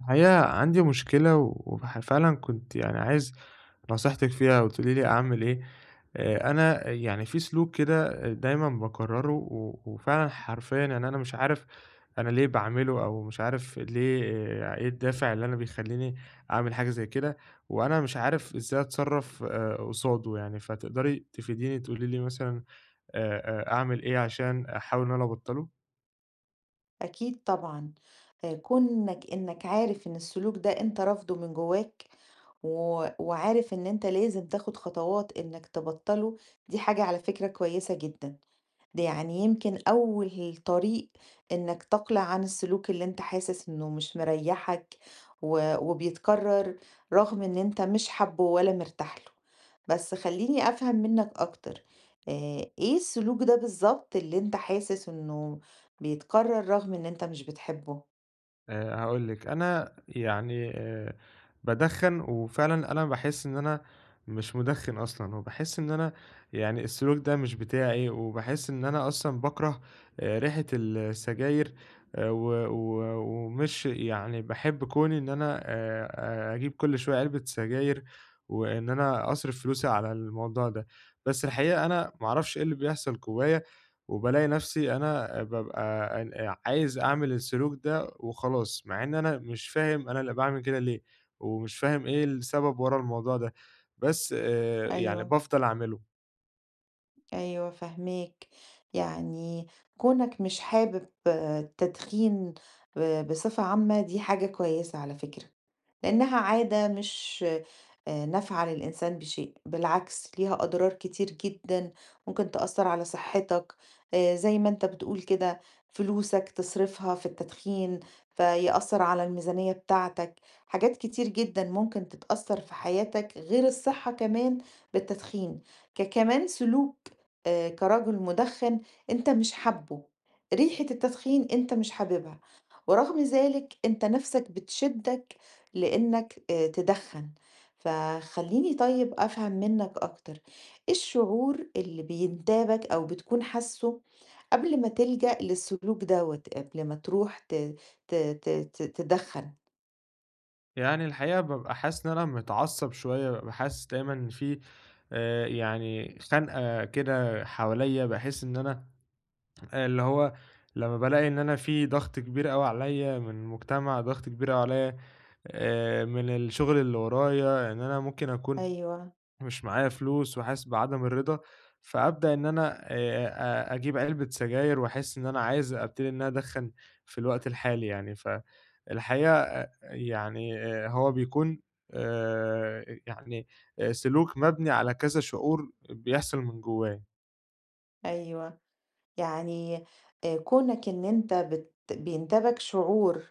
الحقيقة عندي مشكلة وح فعلًا كنت يعني عايز نصيحتِك فيها وتقولي لي أعمل إيه. أنا يعني في سلوك كده دايمًا باكرّره و وفعلًا حرفيًا يعني أنا مش عارف أنا ليه باعمله أو مش عارف ليه. آه، إيه الدافع اللي أنا بيخلّيني أعمل حاجة زي كده، وأنا مش عارف إزاي أتصرّف قصاده يعني، فتقدري تفيديني تقولي لي مثلًا آآ أعمل إيه عشان أحاول إن أنا أبطّله؟ أكيد طبعًا، كونك إنك عارف إن السلوك ده أنت رافضه من جواك، و وعارف إن أنت لازم تاخد خطوات إنك تبطّله، دي حاجة على فكرة كويسة جدًا. ده يعني يمكن أول طريق إنك تقلع عن السلوك اللي أنت حاسس إنه مش مريحك و- وبيتكرر رغم إن أنت مش حابه ولا مرتاح له. بس خليني أفهم منك أكتر. آه، إيه السلوك ده بالظبط اللي أنت حاسس إنه بيتكرر رغم إن أنت مش بتحبه؟ هاقول لِك، أنا يعني بادخّن، وفعلًا أنا باحس إن أنا مش مُدخِّن أصلًا، وباحس إن أنا يعني السلوك ده مش بتاعي، وباحس إن أنا أصلًا باكره ريحة السجاير، و و ومش يعني باحب كوني إن أنا أجيب كل شوية علبة سجاير، وإن أنا أصرف فلوسي على الموضوع ده. بس الحقيقة أنا ما أعرفش إيه اللي بيحصل جوّايا، وبالاقي نَفْسي أنا بابقى أن عايز أعمل السلوك ده وخلاص، مع إن أنا مش فاهم أنا اللي باعمل كده ليه، ومش فاهم إيه السبب ورا الموضوع ده، بس يعني أيوه، بافضل أعمله. أيوه فهميك. يعني كونك مش حابب آه، التدخين بصفة عامة دي حاجة كويسة على فكرة، لأنها عادة مش آه، نافعة للإنسان بشيء، بالعكس ليها أضرار كتير جدا، ممكن تأثر على صحتك. آه، زي ما أنت بتقول كده، فلوسك تصرفها في التدخين فيأثر على الميزانية بتاعتك. حاجات كتير جدا ممكن تتأثر في حياتك غير الصحة كمان بالتدخين. كمان سلوك، آه، كرجل مدخن أنت مش حابه، ريحة التدخين أنت مش حاببها، ورغم ذلك أنت نفسك بتشدك لإنك تدخّن، فخلّيني طيب أفهم منّك أكتر، إيه الشعور اللي بينتابك أو بتكون حاسّه قبل ما تلجأ للسلوك دوّة، قبل ما تروح ت ت ت ت تدخّن؟ يعني الحقيقة بابقى حاسس إن أنا متعصب شوية، بابقى حاسس دايمًا إن في يعني خنقة كده حواليّا، باحس إن أنا آه، اللي هو لمّا بالاقي إن أنا في ضغط كبير أوي عليّا من المجتمع، ضغط كبير أوي عليّا من الشغل اللي ورايا، إن أنا ممكن أكون أيوه، مش معايا فلوس وحاسس بعدم الرضا، فأبدأ إن أنا أ أجيب علبة سجاير واحس إن أنا عايز أبتدي إن أنا أدخّن في الوقت الحالي يعني، فالحقيقة أ يعني هو بيكون آآ يعني سلوك مبني على كذا شعور بيحصل من جوايا. أيوه. يعني آه، كونك ان انت بينتابك شعور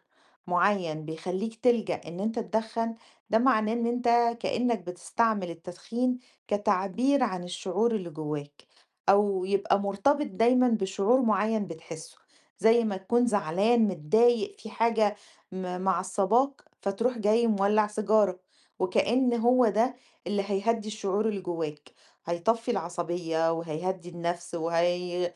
معين بيخليك تلجأ ان انت تدخن، ده معناه ان انت كأنك بتستعمل التدخين كتعبير عن الشعور اللي جواك، او يبقى مرتبط دايما بشعور معين بتحسه. زي ما تكون زعلان متضايق في حاجة معصباك، فتروح جاي مولع سيجارة وكأن هو ده اللي هيهدي الشعور اللي جواك، هيطفي العصبية وهيهدي النفس،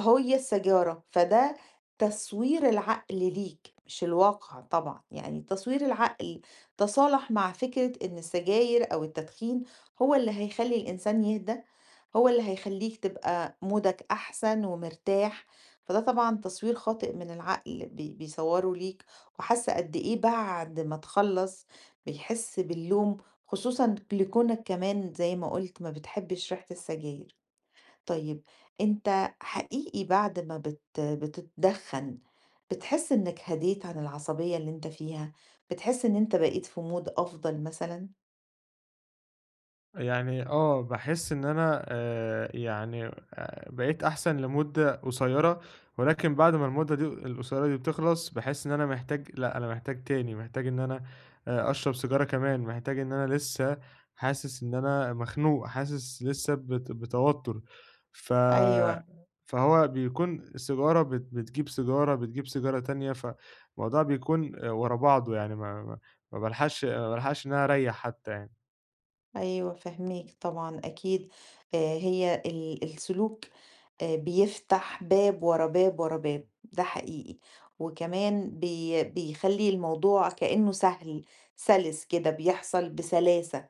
هي السَّجارة. فده تصوير العقل ليك مش الواقع طبعًا، يعني تصوير العقل، تصالح مع فكرة إن السجاير أو التدخين هو اللي هيخلّي الإنسان يهدى، هو اللي هيخلّيك تبقى مودك أحسن ومرتاح. فده طبعًا تصوير خاطئ من العقل بيصوّره ليك، وحاسة قد إيه بعد ما تخلّص بيحس باللوم، خصوصًا لكونك كمان زي ما قُلت ما بتحبش ريحة السجاير. طيب أنت حقيقي بعد ما بتتدخن بتحس إنك هديت عن العصبية اللي أنت فيها؟ بتحس إن أنت بقيت في مود أفضل مثلًا؟ يعني آه، باحس إن أنا بقيت أحسن لمدة قصيّرة، ولكن بعد ما المدة دي القصيّرة دي بتخلص، باحس إن أنا محتاج لأ، أنا محتاج تاني، محتاج إن أنا أشرب سيجارة كمان، محتاج إن أنا لسه حاسس إن أنا مخنوق، حاسس لسه بتوتر، ف أيوه، فهو بيكون السيجارة بتجيب سيجارة، بتجيب سيجارة تانية، فالموضوع بيكون آه، ورا بعضه يعني ما بالحقش ما بالحقش إن أنا أريّح حتى يعني. أيوه فاهماك طبعًا أكيد. هي السلوك بيفتح باب ورا باب ورا باب، ده حقيقي، وكمان بيخلّي الموضوع كأنه سهل، سَلِس كده بيحصل بسلاسة.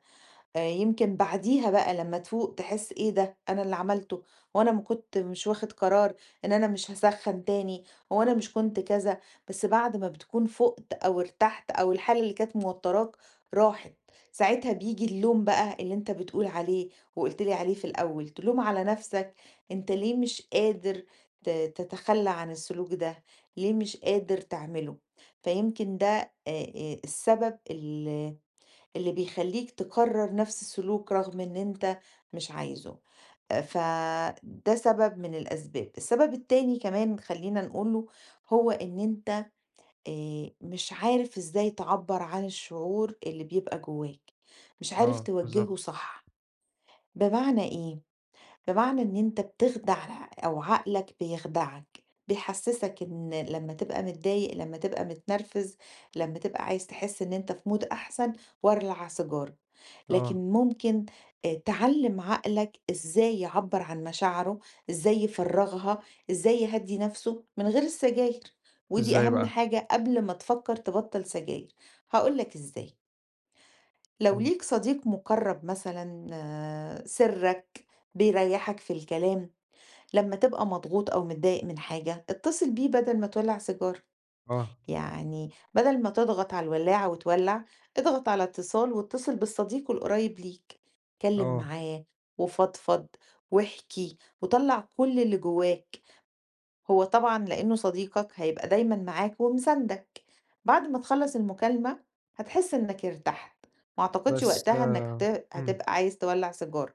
يمكن بعديها بقى لمّا تفوق تحس إيه ده، أنا اللي عملته، هو أنا ما كنت مش واخد قرار إن أنا مش هاسخّن تاني، هو أنا مش كنت كذا. بس بعد ما بتكون فُقت أو ارتحت أو الحالة اللي كانت موتّراك راحت، ساعتها بييجي اللوم بقى اللي أنت بتقول عليه وقُلت لي عليه في الأول، تلوم على نَفْسك أنت ليه مش قادر تتخلّى عن السلوك ده، ليه مش قادر تعمله. فيمكن ده السبب اللي بيخلّيك تكرّر نفس السلوك رغم إن أنت مش عايزه. فده سبب من الأسباب. السبب التاني كمان خلّينا نقوله، هو إن أنت مش عارف إزاي تعبّر عن الشعور اللي بيبقى جواك، مش عارف آه، توجّهه بالضبط. صح. بمعنى إيه؟ بمعنى إن أنت بتخدع أو عقلك بيخدعك، بيحسسك إن لما تبقى متضايق، لما تبقى متنرفز، لما تبقى عايز تحس إن أنت في مود أحسن ولع على سيجارة. آه، لكن ممكن آه، تعلم عقلك إزاي يعبر عن مشاعره، إزاي يفرغها، إزاي يهدي نفسه من غير السجاير، ودي إزاي أهم بقى؟ حاجة قبل ما تفكر تبطل سجاير. هقولك إزاي. لو إمم. ليك صديق مقرب مثلا آه، سرك بيريحك في الكلام لمّا تبقى مضغوط أو متضايق من حاجة، اتصل بيه بدل ما تولّع سيجارة. آه. يعني بدل ما تضغط على الولاعة وتولّع، اضغط على اتصال واتصل بالصديق القريب ليك، اتكلم آه. معاه وفضفض واحكِ وطلّع كل اللي جواك. هو طبعًا لإنه صديقك هيبقى دايمًا معاك ومساندك، بعد ما تخلّص المكالمة هتحس إنك ارتحت، ما أعتقدش بس وقتها إنك إمم. هتبقى عايز تولّع سيجارة.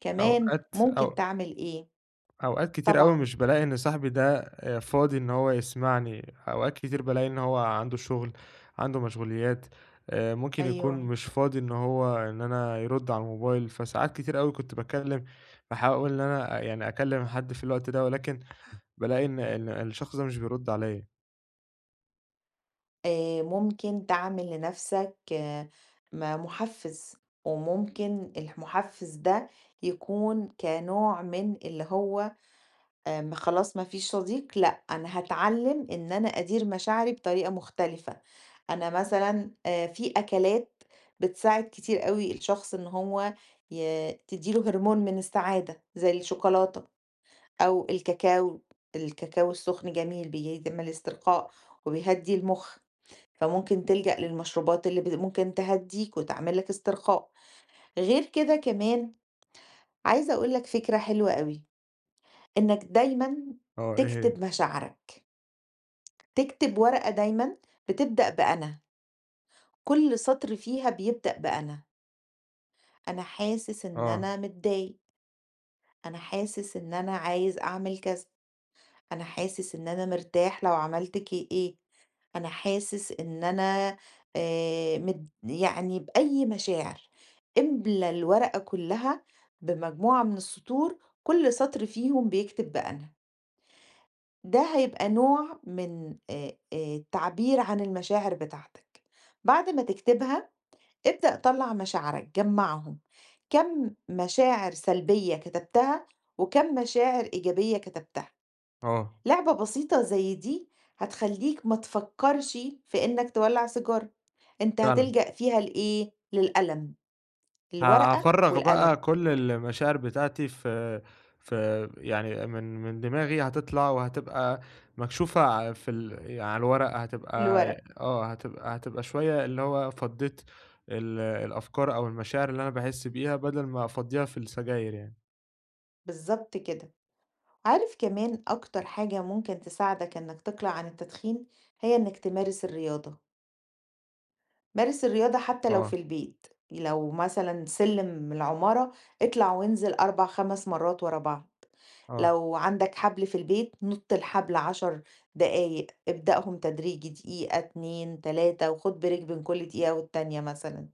كمان أوقات ممكن أو تعمل إيه، أوقات كتير أوي طبعًا مش بالاقي إن صاحبي ده فاضي إن هو يسمعني، أوقات كتير بالاقي إن هو عنده شغل، عنده مشغوليات، ممكن يكون أيوه. مش فاضي إن هو إن أنا يرد على الموبايل، فساعات كتير أوي كنت باكلم باحاول إن أنا يعني أكلم حد في الوقت ده، ولكن بالاقي إن الشخص ده مش بيرد عليَّ. ممكن تعمل لنَفْسك آه، مُحفّز، وممكن المُحفّز ده يكون كنوع من اللي هو ما خلاص ما فيش صديق، لأ، أنا هاتعلّم إن أنا أدير مشاعري بطريقة مختلفة. أنا مثلًا في أكلات بتساعد كتير أوي الشخص إن هو تدّي له هرمون من السعادة زي الشوكولاتة أو الكاكاو، الكاكاو السُخن جميل بيعمل استرخاء وبيهدّي المُخ. فممكن تلجأ للمشروبات اللي ممكن تهدّيك وتعمل لك استرخاء. غير كده كمان عايزة أقول لك فكرة حلوة أوي، إنك دايمًا آه، إيه هي؟ تكتب مشاعرك، تكتب ورقة دايمًا بتبدأ بأنا، كل سطر فيها بيبدأ بأنا، أنا حاسس إن آه. أنا متضايق، أنا حاسس إن أنا عايز أعمل كذا. أنا حاسس إن أنا مرتاح لو عملت ك إيه، أنا حاسس إن أنا مد يعني بأي مشاعر، املا الورقة كلّها بمجموعة من السطور كل سطر فيهم بيكتب بأنا. ده هيبقى نوع من التعبير عن المشاعر بتاعتك. بعد ما تكتبها ابدأ طلّع مشاعرك جمّعهم، كام مشاعر سلبية كتبتها وكام مشاعر إيجابية كتبتها. آه، لعبة بسيطة زي دي هتخلّيك ما تفكّرش في إنّك تولّع سيجارة، أنت فعلًا. هتلجأ فيها لإيه، للقلم، الورقة هافرّغ بقى والقلم، كل المشاعر بتاعتي في في يعني من دماغي هتطلع وهتبقى مكشوفة ع في ال يعني على الورق هتبقى الورق، آه، هتبقى هتبقى شوية اللي هو فضّيت الأفكار أو المشاعر اللي أنا باحس بيها بدل ما أفضّيها في السجاير يعني. بالضبط كده. عارف كمان أكتر حاجة ممكن تساعدك إنّك تقلع عن التدخين، هي إنّك تمارس الرياضة. مارس الرياضة حتى لو آه. في البيت، لو مثلا سلم العمارة اطلع وانزل 4 5 مرات ورا بعض. آه. لو عندك حبل في البيت نط الحبل 10 دقايق، ابدأهم تدريجي دقيقة اتنين تلاتة وخد بريك بين كل دقيقة والتانية مثلا.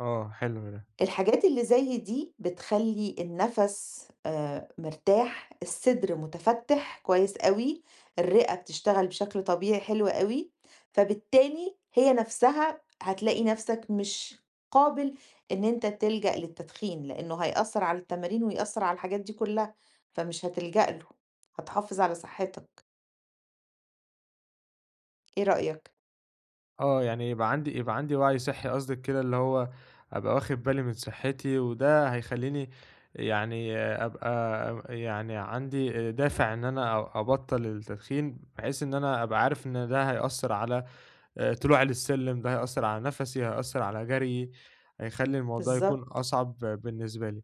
آه، حلو ده. الحاجات اللي زي دي بتخلّي النَفَس مرتاح، الصدر متفتِّح كويس أوي، الرِّئة بتشتغل بشكل طبيعي حلو أوي، فبالتالي هي نَفْسها هتلاقي نَفْسك مش قابل إن أنت تلجأ للتدخين، لإنه هيأثّر على التمارين ويأثّر على الحاجات دي كُلّها، فمش هتلجأ له، هتحافظ على صحّتك، إيه رأيك؟ آه، يعني يبقى عندي يبقى عندي وعي صحّي قصدِك كده، اللي هو أبقى واخد بالي من صحّتي، وده هيخلّيني يعني أبقى يعني عندي دافع إن أنا أبطّل التدخين، بحيث إن أنا أبقى عارف إن ده هيأثّر على طلوعي للسلِّم، ده هيأثّر على نَفَسي، هيأثّر على جريي، هيخلّي الموضوع يكون بالضبط، أصعب بالنسبة لي.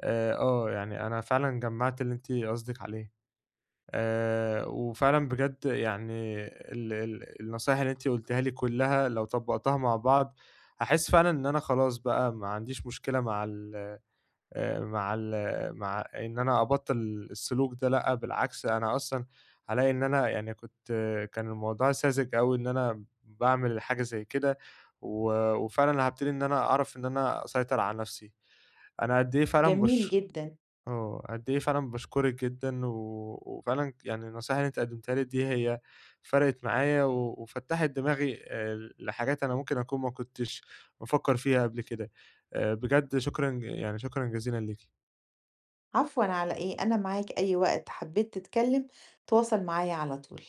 آه، يعني أنا فعلًا جمّعت اللي أنتِ قصدِك عليه. وفعلًا بجد يعني ال النصايح اللي أنتِ قُلتيها لي كلّها لو طبّقتها مع بعض، هاحس فعلًا إن أنا خلاص بقى ما عنديش مشكلة مع ال مع ال مع إن أنا أبطّل السلوك ده، لأ، بالعكس أنا أصلًا هالاقي إن أنا يعني كنت كان الموضوع ساذج أوي إن أنا باعمل حاجة زي كده، و وفعلًا هابتدي إن أنا أعرف إن أنا أسيطر على نَفْسي. أنا قد إيه فعلًا جميل باشك جدًا، آه، قد إيه فعلًا باشكرِك جدًا، و وفعلًا يعني النصايح اللي أنتِ قدمتيها لي دي هي فرقِت معايا، و وفتّحت دماغي لحاجات أنا ممكن أكون ما كنتش بافكّر فيها قبل كده. بجد شكرًا يعني شكرًا جزيلًا ليكِ. عفوًا على إيه، أنا معاك أي وقت، حبّيت تتكلّم تواصل معايا على طول.